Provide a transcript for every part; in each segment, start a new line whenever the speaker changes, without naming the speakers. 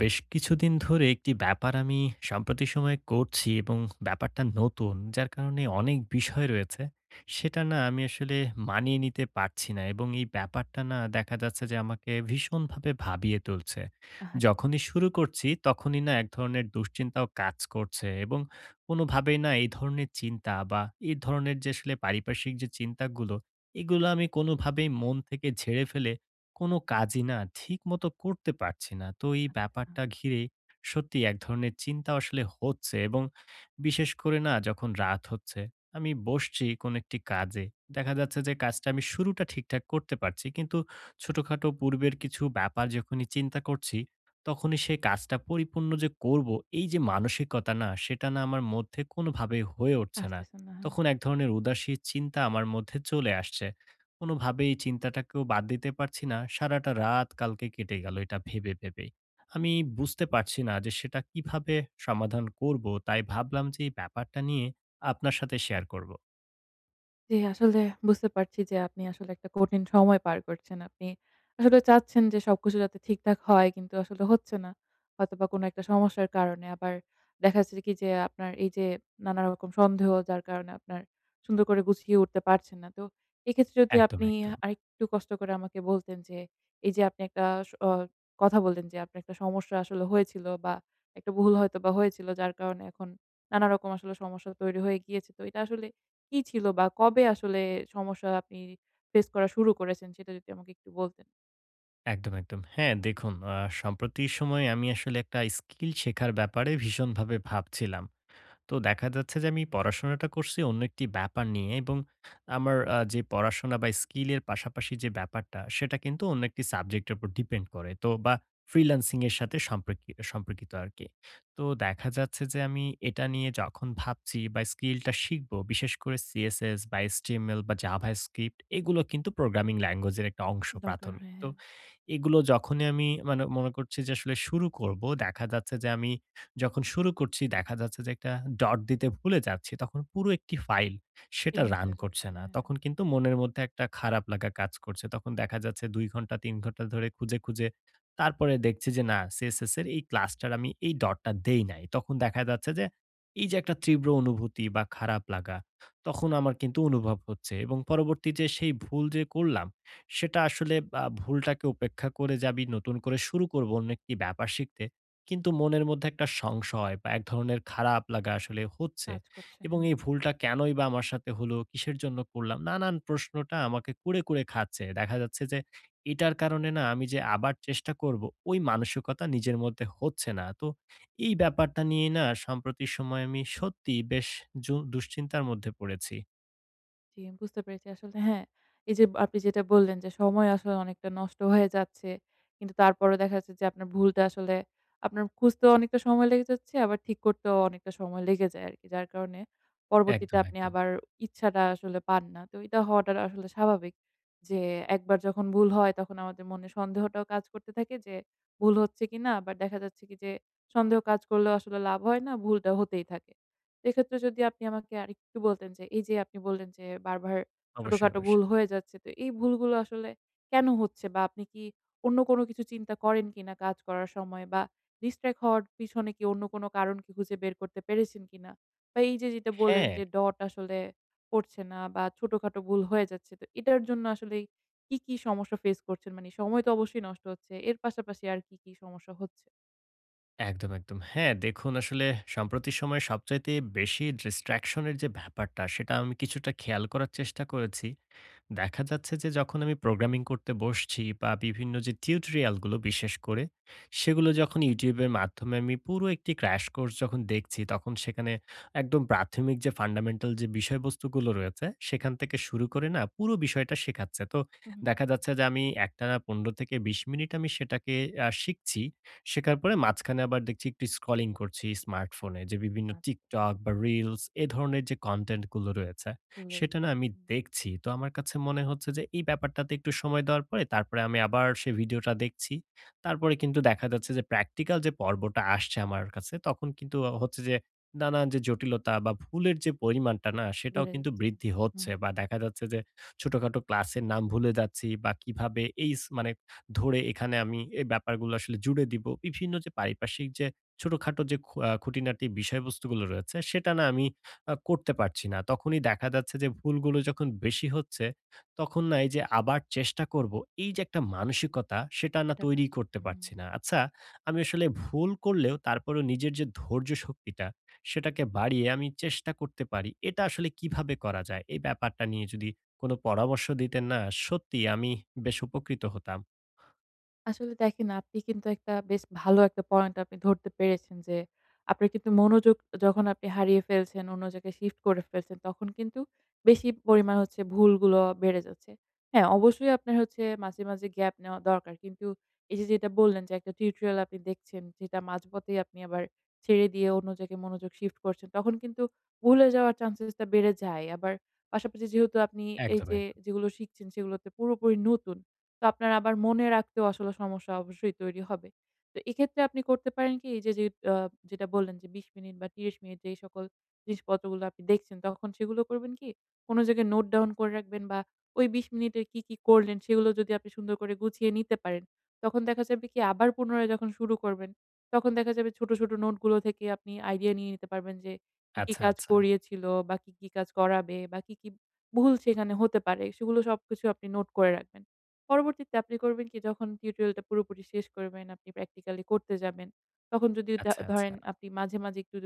বেশ কিছুদিন ধরে একটি ব্যাপার আমি সাম্প্রতিক সময়ে করছি এবং ব্যাপারটা নতুন, যার কারণে অনেক বিষয় রয়েছে সেটা না আমি আসলে মানিয়ে নিতে পারছি না। এবং এই ব্যাপারটা না দেখা যাচ্ছে যে আমাকে ভীষণভাবে ভাবিয়ে তুলছে।
আহারে!
যখনই শুরু করছি তখনই না এক ধরনের দুশ্চিন্তাও কাজ করছে। এবং কোনোভাবেই না এই ধরনের চিন্তা বা এই ধরনের যে আসলে পারিপার্শ্বিক যে চিন্তাগুলো, এগুলো আমি কোনোভাবেই মন থেকে ঝেড়ে ফেলে কোনো কাজই না ঠিকমতো করতে পারছি না। তো এই
আ
ব্যাপারটা ঘিরে সত্যিই এক ধরনের চিন্তা আসলে হচ্ছে। এবং বিশেষ করে না যখন রাত হচ্ছে, আমি বসছি কোনো একটি কাজে। দেখা যাচ্ছে যে কাজটা আমি শুরুটা ঠিকঠাক করতে পারছি। কিন্তু ছোটখাটো পূর্বের কিছু ব্যাপার যখনই চিন্তা করছি, তখনই সেই কাজটা পরিপূর্ণ যে করব, এই যে মানসিকতা না সেটা না আমার মধ্যে কোনোভাবেই হয়ে উঠছে না।
আসতেছে না। হ্যাঁ।
তখন এক ধরনের উদাসী চিন্তা আমার মধ্যে চলে আসছে। কোনোভাবেই চিন্তাটাকেও বাদ দিতে পারছি না। সারাটা রাত কালকে কেটে গেল এটা ভেবে, ভেবেই। আমি বুঝতে পারছি না যে সেটা কিভাবে সমাধান করব। তাই ভাবলাম যে এই ব্যাপারটা নিয়ে আপনার সাথে শেয়ার করব।
জি, আসলে বুঝতে পারছি যে আপনি আসলে একটা কঠিন সময় পার করছেন। আপনি আসলে চাচ্ছেন যে সবকিছু যাতে ঠিকঠাক হয়, কিন্তু আসলে হচ্ছে না। হয়তোবা কোনো একটা সমস্যার কারণে। আবার দেখা যাচ্ছে কি যে আপনার এই যে নানা রকম সন্দেহ, যার কারণে আপনার সুন্দর করে গুছিয়ে উঠতে পারছেন না। তো এক্ষেত্রে যদি
একদম,
আপনি
একদম।
আরেকটু কষ্ট করে আমাকে বলতেন যে, এই যে আপনি একটা স অ কথা বললেন যে আপনার একটা সমস্যা আসলে হয়েছিল বা একটা ভুল হয়তোবা হয়েছিল, যার কারণে এখন নানা রকম আসলে সমস্যা তৈরি হয়ে গিয়েছে। তো এটা আসলে কি ছিল বা কবে আসলে সমস্যা আপনি ফেস করা শুরু করেছেন, সেটা যদি আমাকে একটু বলতেন?
একদম, একদম। হ্যাঁ, দেখুন, সম্প্রতি সময়ে আমি আসলে একটা স্কিল শেখার ব্যাপারে ভীষণভাবে ভাবছিলাম। তো দেখা যাচ্ছে যে আমি পড়াশোনাটা করছি অন্য একটি ব্যাপার নিয়ে। এবং আমার যে পড়াশোনা বা স্কিলের পাশাপাশি যে ব্যাপারটা, সেটা কিন্তু অন্য একটি সাবজেক্টের উপর ডিপেন্ড করে। তো বা ফ্রিল্যান্সিং এর সাথে সম্পর্কিত আরকি। তো দেখা যাচ্ছে যে আমি এটা নিয়ে যখন ভাবছি বা স্কিলটা শিখব, বিশেষ করে CSS বা HTML বা JavaScript এগুলো কিন্তু প্রোগ্রামিং ল্যাঙ্গুয়েজ এর একটা অংশ
দরকার
প্রাথমিক।
হয়,
তো
হ্যাঁ।
এগুলো যখনই আমি মানে মনে করছি যে আসলে শুরু করব, দেখা যাচ্ছে যে আমি যখন শুরু করছি দেখা যাচ্ছে যে একটা ডট দিতে ভুলে যাচ্ছি। তখন পুরো একটি ফাইল সেটা
চেঞ্জ
রান
হয়ে যাচ্ছে।
করছে না।
হ্যাঁ,
তখন কিন্তু মনের মধ্যে একটা খারাপ লাগা কাজ করছে। তখন দেখা যাচ্ছে ২ ঘন্টা ৩ ঘন্টা ধরে খুঁজে, খুঁজে তারপরে দেখছি যে না সিএসএস এর এই ক্লাসটার আমি এই ডটটা দেই নাই। তখন দেখা যাচ্ছে যে এই যে একটা তীব্র অনুভূতি বা খারাপ লাগা তখন আমার কিন্তু অনুভব হচ্ছে। এবং পরবর্তী যে সেই ভুল যে করলাম সেটা আসলে ভুলটাকে উপেক্ষা করে যে আমি নতুন করে শুরু করব অন্য একটি ব্যাপার শিখতে। কিন্তু মনের মধ্যে একটা সংশয় বা এক ধরনের খারাপ লাগা আসলে হচ্ছে।
কাজ করছে।
এবং এই ভুলটা কেনই বা আমার সাথে হলো? কিসের জন্য করলাম? নানান প্রশ্নটা আমাকে কুরে, কুরে খাচ্ছে। দেখা যাচ্ছে যে এটার কারণে না আমি যে আবার চেষ্টা করব, ওই মানসিকতা নিজের মধ্যে হচ্ছে না। তো এই ব্যাপারটা নিয়ে না সাম্প্রতিক সময়ে আমি সত্যিই বেশ দুশ্চিন্তার মধ্যে পড়েছি।
জি, বুঝতে পেরেছি। আসলে হ্যাঁ, এই যে আপনি যেটা বললেন যে সময় আসলে অনেকটা নষ্ট হয়ে যাচ্ছে। কিন্তু তারপরেও দেখা যাচ্ছে যে আপনার ভুলটা আসলে আপনার খুঁজতেও অনেকটা সময় লেগে যাচ্ছে, আবার ঠিক করতেও অনেকটা সময় লেগে যায় আরকি। যার কারণে পরবর্তীতে
একদম,
আপনি
একদম।
আবার ইচ্ছাটা আসলে পান না। তো এটা হওয়াটা আসলে স্বাভাবিক। যে একবার যখন ভুল হয়, তখন আমাদের মনে সন্দেহটাও কাজ করতে থাকে যে ভুল হচ্ছে কিনা। আবার দেখা যাচ্ছে কি যে সন্দেহ কাজ করলেও আসলে লাভ হয় না, ভুলটা হতেই থাকে। এক্ষেত্রে যদি আপনি আমাকে আরেকটু বলতেন যে, এই যে আপনি বললেন যে বারবার
অবশ্যই,
ছোটখাটো ভুল
অবশ্যই।
হয়ে যাচ্ছে, তো এই ভুলগুলো আসলে কেন হচ্ছে? বা আপনি কি অন্য কোনো কিছু চিন্তা করেন কিনা কাজ করার সময়? বা ডিস্ট্রাক্ট হওয়ার পিছনে কি অন্য কোনো কারণ কি খুঁজে বের করতে পেরেছেন কিনা? বা এই যে যেটা বললেন
হ্যাঁ।
যে ডট আসলে পড়ছে না বা ছোটখাটো ভুল হয়ে যাচ্ছে, তো এটার জন্য আসলে কি, কি সমস্যা ফেস করছেন? মানে সময় তো অবশ্যই নষ্ট হচ্ছে। এর পাশাপাশি আর কি, কি সমস্যা হচ্ছে?
একদম, একদম। হ্যাঁ, দেখুন আসলে সাম্প্রতিক সময়ে সবচাইতে বেশি distraction এর যে ব্যাপারটা, সেটা আমি কিছুটা খেয়াল করার চেষ্টা করেছি। দেখা যাচ্ছে যে যখন আমি প্রোগ্রামিং করতে বসছি বা বিভিন্ন যে টিউটোরিয়ালগুলো বিশেষ করে সেগুলো যখন ইউটিউবের মাধ্যমে আমি পুরো একটি ক্র্যাশ কোর্স যখন দেখছি তখন সেখানে একদম প্রাথমিক যে ফান্ডামেন্টাল যে বিষয়বস্তুগুলো রয়েছে সেখান থেকে শুরু করে না পুরো বিষয়টা শেখাচ্ছে। তো
হু, হু।
দেখা যাচ্ছে যে আমি একটা না ১৫ থেকে ২০ মিনিট আমি সেটাকে শিখছি। শেখার পরে মাঝখানে আবার দেখছি একটু স্ক্রলিং করছি স্মার্টফোনে যে বিভিন্ন
আ
টিকটক বা রিলস এ ধরনের যে কন্টেন্টগুলো রয়েছে,
সেগুলো।
সেটা না আমি
হুম।
দেখছি। তো আমার কাছে মনে হচ্ছে যে এই ব্যাপারটাতে একটু সময় দেওয়ার পরে তারপরে আমি আবার সেই ভিডিওটা দেখছি। তারপরে কিন্তু দেখা যাচ্ছে যে প্র্যাকটিক্যাল যে পর্বটা আসছে আমার কাছে তখন কিন্তু হচ্ছে যে নানান যে জটিলতা বা ভুলের যে পরিমাণটা না সেটাও
বেড়ে
কিন্তু
যাচ্ছে।
বৃদ্ধি
হুম।
হচ্ছে বা দেখা যাচ্ছে যে ছোটখাটো ক্লাসের নাম ভুলে যাচ্ছি বা কিভাবে এই মানে ধরে এখানে আমি এই ব্যাপারগুলো আসলে জুড়ে দিব। বিভিন্ন যে পারিপার্শ্বিক যে ছোটখাটো যে খু আ খুঁটিনাটি বিষয়বস্তুগুলো রয়েছে সেটা না আমি করতে পারছি না। তখনই দেখা যাচ্ছে যে ভুলগুলো যখন বেশি হচ্ছে, তখন না এই যে আবার চেষ্টা করব, এই যে একটা মানসিকতা সেটা না
সেটা
তৈরি
রাখছে।
করতে
হুম।
পারছি না। আচ্ছা, আমি আসলে ভুল করলেও তারপরেও নিজের যে ধৈর্য শক্তিটা সেটাকে বাড়িয়ে আমি চেষ্টা করতে পারি। এটা আসলে কিভাবে করা যায়? এই ব্যাপারটা নিয়ে যদি কোনো পরামর্শ দিতেন না, সত্যিই আমি বেশ উপকৃত হতাম।
আসলে দেখেন, আপনি কিন্তু একটা বেশ ভালো একটা পয়েন্ট আপনি ধরতে পেরেছেন যে, আপনার কিন্তু মনোযোগ যখন আপনি হারিয়ে ফেলছেন, অন্য জায়গায় শিফট করে ফেলছেন, তখন কিন্তু বেশি পরিমাণ হচ্ছে, ভুলগুলো বেড়ে যাচ্ছে। হ্যাঁ, অবশ্যই আপনার হচ্ছে মাঝে, মাঝে গ্যাপ নেওয়া দরকার। কিন্তু এই যে যেটা বললেন যে একটা টিউটোরিয়াল আপনি দেখছেন, যেটা মাঝপথেই আপনি আবার ছেড়ে দিয়ে অন্য জায়গায় মনোযোগ শিফট করছেন, তখন কিন্তু ভুলে যাওয়ার চেঞ্জেসটা বেড়ে যায়। আবার পাশাপাশি যেহেতু আপনি এই
একদম,
যে
একদম।
যেগুলো শিখছেন, সেগুলোতে পুরোপুরি নতুন, তো আপনার আবার মনে রাখতেও আসলে সমস্যা অবশ্যই তৈরি হবে। তো এক্ষেত্রে আপনি করতে পারেন কি, এই যে আ যেটা বললেন যে ২০ মিনিট বা ৩০ মিনিট যেই সকল জিনিসপত্রগুলো আপনি দেখছেন, তখন সেগুলো করবেন কি, কোন জায়গায় নোট ডাউন করে রাখবেন। বা ওই ২০ মিনিটে কি, কি করলেন সেগুলো যদি আপনি সুন্দর করে গুছিয়ে নিতে পারেন, তখন দেখা যাবে কি, আবার পুনরায় যখন শুরু করবেন, তখন দেখা যাবে ছোট, ছোট নোটগুলো থেকে আপনি আইডিয়া নিয়ে নিতে পারবেন যে কি, কি
আচ্ছা,
কাজ
আচ্ছা,
করিয়েছিল বা কি, কি কাজ করাবে বা কি, কি ভুল সেখানে হতে পারে, সেগুলো সবকিছু আপনি নোট করে রাখবেন। পরবর্তীতে আপনি করবেন কি, যখন টিউটোরিয়ালটা পুরোপুরি শেষ করবেন, আপনি প্র্যাকটিক্যালি করতে যাবেন। তখন যদি
আচ্ছা,
ধরেন
আচ্ছা।
আপনি মাঝে, মাঝে একটু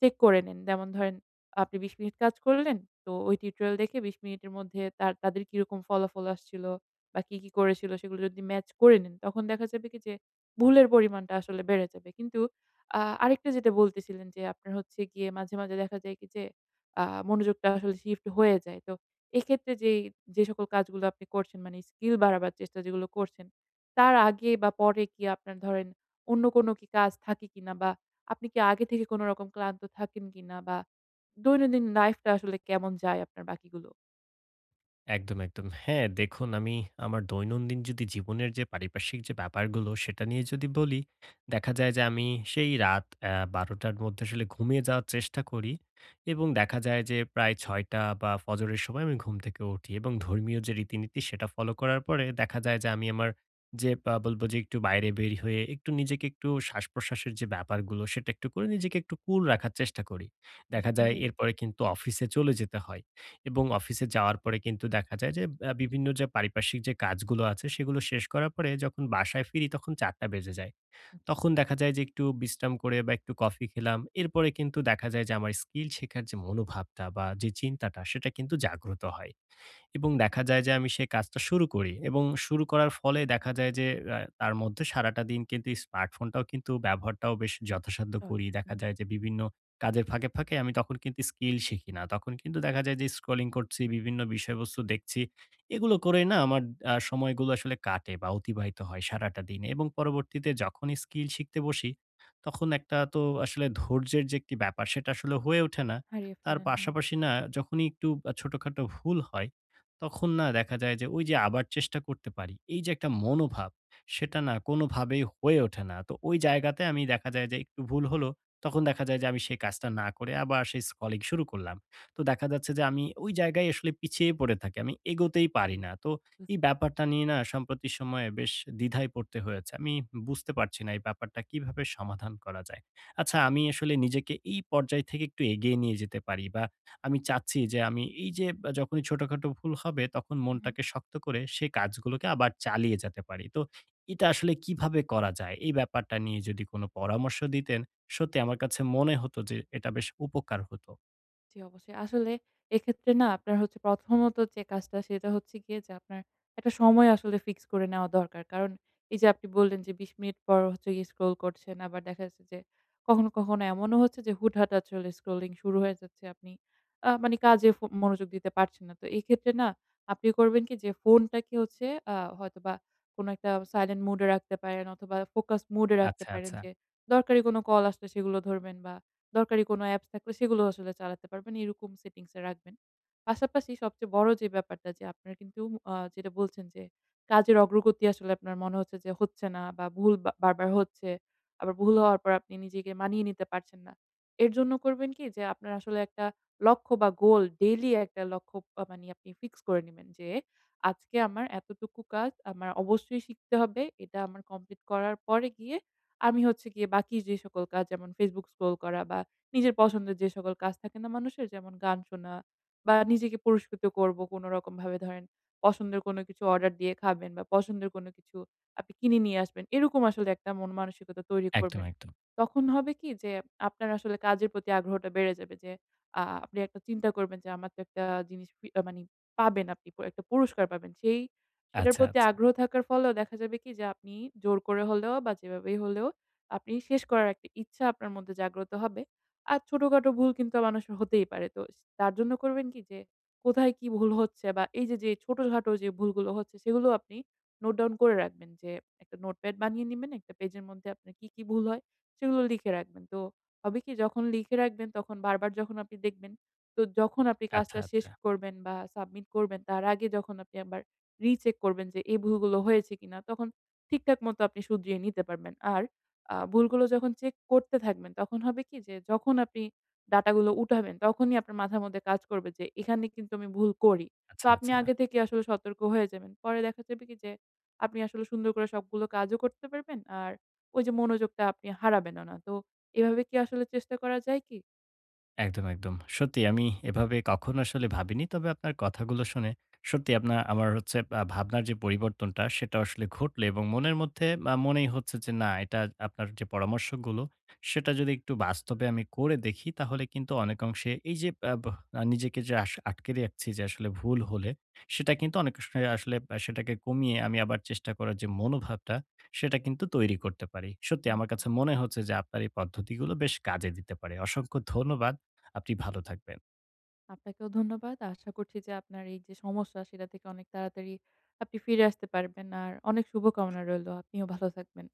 চেক করে নেন। যেমন ধরেন আপনি ২০ মিনিট কাজ করলেন, তো ওই টিউটোরিয়াল দেখে ২০ মিনিটের মধ্যে তাদের কিরকম ফলাফল আসছিল বা কি, কি করেছিল সেগুলো যদি ম্যাচ করে নেন, তখন দেখা যাবে কি যে ভুলের পরিমাণটা আসলে বেড়ে যাবে। কিন্তু আরেকটা যেটা বলতেছিলেন যে আপনার হচ্ছে গিয়ে মাঝে, মাঝে দেখা যায় কি যে আ মনোযোগটা আসলে শিফট হয়ে যায়। তো এক্ষেত্রে যে সকল কাজগুলো আপনি করছেন, মানে স্কিল বাড়াবার চেষ্টা যেগুলো করছেন, তার আগে বা পরে কি আপনার ধরেন অন্য কোনো কি কাজ থাকে কিনা? বা আপনি কি আগে থেকে কোনো রকম ক্লান্ত থাকেন কিনা? বা দৈনন্দিন লাইফটা আসলে কেমন যায় আপনার বাকিগুলো?
একদম, একদম। হ্যাঁ, দেখুন আমি আমার দৈনন্দিন যদি জীবনের যে পারিপার্শ্বিক যে ব্যাপারগুলো সেটা নিয়ে যদি বলি, দেখা যায় যে আমি সেই রাত ১২:০০ র মধ্যে আসলে ঘুমিয়ে যাওয়ার চেষ্টা করি। এবং দেখা যায় যে প্রায় ৬:০০ বা ফজরের সময় আমি ঘুম থেকে উঠি। এবং ধর্মীয় যে রীতিনীতি সেটা ফলো করার পরে দেখা যায় যে আমি আমার যে বা বলবো যে একটু বাইরে বের হয়ে একটু নিজেকে একটু শ্বাসপ্রশ্বাসের যে ব্যাপারগুলো সেটা একটু করে নিজেকে একটু কুল রাখার চেষ্টা করি।
বেশ
দেখা যায়
ভালোই।
এরপরে কিন্তু অফিসে চলে যেতে হয়। এবং অফিসে যাওয়ার পরে কিন্তু দেখা যায় যে বিভিন্ন যে পারিপার্শ্বিক যে কাজগুলো আছে সেগুলো শেষ করার পরে যখন বাসায় ফিরি তখন ৪:০০ বেজে যায়।
আচ্ছা।
তখন দেখা যায় যে একটু বিশ্রাম করে বা একটু কফি খেলাম। এরপরে কিন্তু দেখা যায় যে আমার স্কিল শেখার যে মনোভাবটা বা যে চিন্তাটা সেটা কিন্তু জাগ্রত হয়। এবং দেখা যায় যে আমি সেই কাজটা শুরু করি। এবং শুরু করার ফলে দেখা যায় যে তার মধ্যে সারাটা দিন কিন্তু এই স্মার্টফোনটাও কিন্তু ব্যবহারটাও বেশ যথাসাধ্য
চল
করি। দেখা
হুম।
যায় যে বিভিন্ন কাজের ফাঁকে, ফাঁকে আমি তখন কিন্তু স্কিল শিখি না। তখন কিন্তু দেখা যায় যে স্ক্রলিং করছি, বিভিন্ন বিষয়বস্তু দেখছি। এগুলো করে না আমার সময়গুলো আসলে কাটে বা অতিবাহিত হয় সারাটা দিনে। এবং পরবর্তীতে যখনই স্কিল শিখতে বসি, তখন একটা তো আসলে ধৈর্যের যে একটি ব্যাপার সেটা আসলে হয়ে ওঠে না।
হারিয়ে
তার
ফেলেন। হুম।
পাশাপাশি না যখনই একটু ছোটখাটো ভুল হয়, তখন না দেখা যায় যে ওই যে আবার চেষ্টা করতে পারি, এই যে একটা মনোভাব সেটা না কোনোভাবেই হয়ে ওঠে না। তো ওই জায়গাতে আমি দেখা যায় যে একটু ভুল হলো, তখন দেখা যায় যে আমি সেই কাজটা না করে আবার সেই স্ক্রলিং শুরু করলাম। তো দেখা যাচ্ছে যে আমি ওই জায়গায় আসলে পিছিয়ে পড়ে থাকি। আমি এগোতেই পারি না। তো এই
বুঝতে।
ব্যাপারটা নিয়ে না সাম্প্রতিক সময়ে বেশ দ্বিধায় পড়তে হয়েছে। আমি বুঝতে পারছি না এই ব্যাপারটা কিভাবে সমাধান করা যায়। আচ্ছা আমি আসলে নিজেকে এই পর্যায় থেকে একটু এগিয়ে নিয়ে যেতে পারি বা আমি চাচ্ছি যে আমি এই যে যখনই ছোটখাটো ভুল হবে তখন
হুম।
মনটাকে শক্ত করে সেই কাজগুলোকে আবার চালিয়ে যেতে পারি। তো এটা আসলে কিভাবে করা যায়? এই ব্যাপারটা নিয়ে যদি কোনো পরামর্শ দিতেন, সত্যি আমার কাছে মনে হতো যে এটা বেশ উপকার হতো।
জি, অবশ্যই। আসলে এক্ষেত্রে না আপনার হচ্ছে প্রথমত যে কাজটা, সেটা হচ্ছে গিয়ে যে আপনার একটা সময় আসলে ফিক্স করে নেওয়া দরকার। কারণ এই যে আপনি বললেন যে ২০ মিনিট পর হচ্ছে গিয়ে স্ক্রল করছেন। আবার দেখা যাচ্ছে যে কখনো, কখনো এমনও হচ্ছে যে হুটহাট আসলে স্ক্রলিং শুরু হয়ে যাচ্ছে। আপনি মানে কাজে মনোযোগ দিতে পারছেন না। তো এক্ষেত্রে না আপনি করবেন কি যে ফোনটাকে হচ্ছে হয়তোবা কোনো একটা সাইলেন্ট মুড এ রাখতে পারেন, অথবা ফোকাস মুড এ রাখতে
আচ্ছা,
পারেন,
আচ্ছা।
যে দরকারি কোনো কল আসলে সেগুলো ধরবেন বা দরকারি কোনো অ্যাপস থাকলে সেগুলো আসলে চালাতে পারবেন। এরকম সেটিংস এ রাখবেন। পাশাপাশি সবচেয়ে বড় যে ব্যাপারটা, যে আপনার কিন্তু যেটা বলছেন যে কাজের অগ্রগতি আসলে আপনার মনে হচ্ছে যে হচ্ছে না, বা ভুল বা বারবার হচ্ছে। আবার ভুল হওয়ার পর আপনি নিজেকে মানিয়ে নিতে পারছেন না। এর জন্য করবেন কি, যে আপনার আসলে একটা লক্ষ্য বা গোল, ডেইলি একটা লক্ষ্য, মানে আপনি ফিক্স করে নিবেন যে আজকে আমার এতটুকু কাজ আমার অবশ্যই শিখতে হবে। এটা আমার কমপ্লিট করার পরে গিয়ে আমি হচ্ছে গিয়ে বাকি যে সকল কাজ, যেমন Facebook স্ক্রল করা বা নিজের পছন্দের যে সকল কাজ থাকে না মানুষের, যেমন গান শোনা বা নিজেকে পুরস্কৃত করব কোনো রকম ভাবে, ধরেন পছন্দের কোনো কিছু অর্ডার দিয়ে খাবেন বা পছন্দের কোনো কিছু আপনি কিনে নিয়ে আসবেন। এরকম আসলে একটা মন মানসিকতা তৈরি
একদম,
করবেন।
একদম।
তখন হবে কি যে আপনার আসলে কাজের প্রতি আগ্রহটা বেড়ে যাবে, যে আপনি একটা চিন্তা করবেন যে আমার তো একটা জিনিস ফি আ মানি পাবেন, আপনি একটা পুরস্কার পাবেন। সেটার
আচ্ছা,
প্রতি
আচ্ছা,
আগ্রহ থাকার ফলেও দেখা যাবে কি যে আপনি জোর করে হলেও বা যেভাবেই হলেও আপনি শেষ করার একটা ইচ্ছা আপনার মধ্যে জাগ্রত হবে। আর ছোটখাটো ভুল কিন্তু মানুষের হতেই পারে। তো তার জন্য করবেন কি, যে কোথায় কি ভুল হচ্ছে বা এই যে ছোটখাটো যে ভুলগুলো হচ্ছে সেগুলো আপনি নোট ডাউন করে রাখবেন, যে একটা নোটপ্যাড বানিয়ে নিবেন। একটা পেজের মধ্যে আপনার কি, কি ভুল হয় সেগুলো লিখে রাখবেন। তো হবে কি, যখন লিখে রাখবেন তখন বারবার যখন আপনি দেখবেন, তো যখন আপনি
আচ্ছা,
কাজটা শেষ
আচ্ছা,
করবেন বা সাবমিট করবেন তার আগে, যখন আপনি আবার রিচেক করবেন যে এই ভুলগুলো হয়েছে কিনা, তখন ঠিকঠাক মতো আপনি শুধরিয়ে নিতে পারবেন। আর ভুলগুলো যখন চেক করতে থাকবেন, তখন হবে কি যে যখন আপনি ডাটাগুলো উঠাবেন, তখনই আপনার মাথার মধ্যে কাজ করবে যে এখানে কিন্তু আমি ভুল করি। তো
আচ্ছা,
আপনি
আচ্ছা।
আগে থেকে আসলে সতর্ক হয়ে যাবেন। পরে দেখা যাবে কি যে আপনি আসলে সুন্দর করে সবগুলো কাজও করতে পারবেন। আর ওই যে মনোযোগটা আপনি হারাবেনও না। তো এভাবে কি আসলে চেষ্টা করা যায় কি?
একদম, একদম। সত্যি আমি এভাবে কখনো আসলে ভাবিনি। তবে আপনার কথাগুলো শুনে সত্যি আপনার আমার হচ্ছে ভাবনার যে পরিবর্তনটা সেটা আসলে ঘটলো। এবং মনের মধ্যে মনেই হচ্ছে যে না এটা আপনার যে পরামর্শগুলো সেটা যদি একটু বাস্তবে আমি করে দেখি তাহলে কিন্তু অনেকাংশে এই যে নিজেকে যে আটকে রাখছি যে আসলে ভুল হলে সেটা কিন্তু অনেক সময় আসলে সেটাকে কমিয়ে আমি আবার চেষ্টা করার যে মনোভাবটা সেটা কিন্তু তৈরি করতে পারি। সত্যি আমার
হুম।
কাছে মনে হচ্ছে যে আপনার এই পদ্ধতিগুলো বেশ কাজে দিতে পারে। অসংখ্য ধন্যবাদ। আপনি ভালো থাকবেন।
আপনাকেও ধন্যবাদ। আশা করছি যে আপনার এই যে সমস্যা, সেটা থেকে অনেক তাড়াতাড়ি আপনি ফিরে আসতে পারবেন। আর অনেক শুভকামনা রইলো। আপনিও ভালো থাকবেন।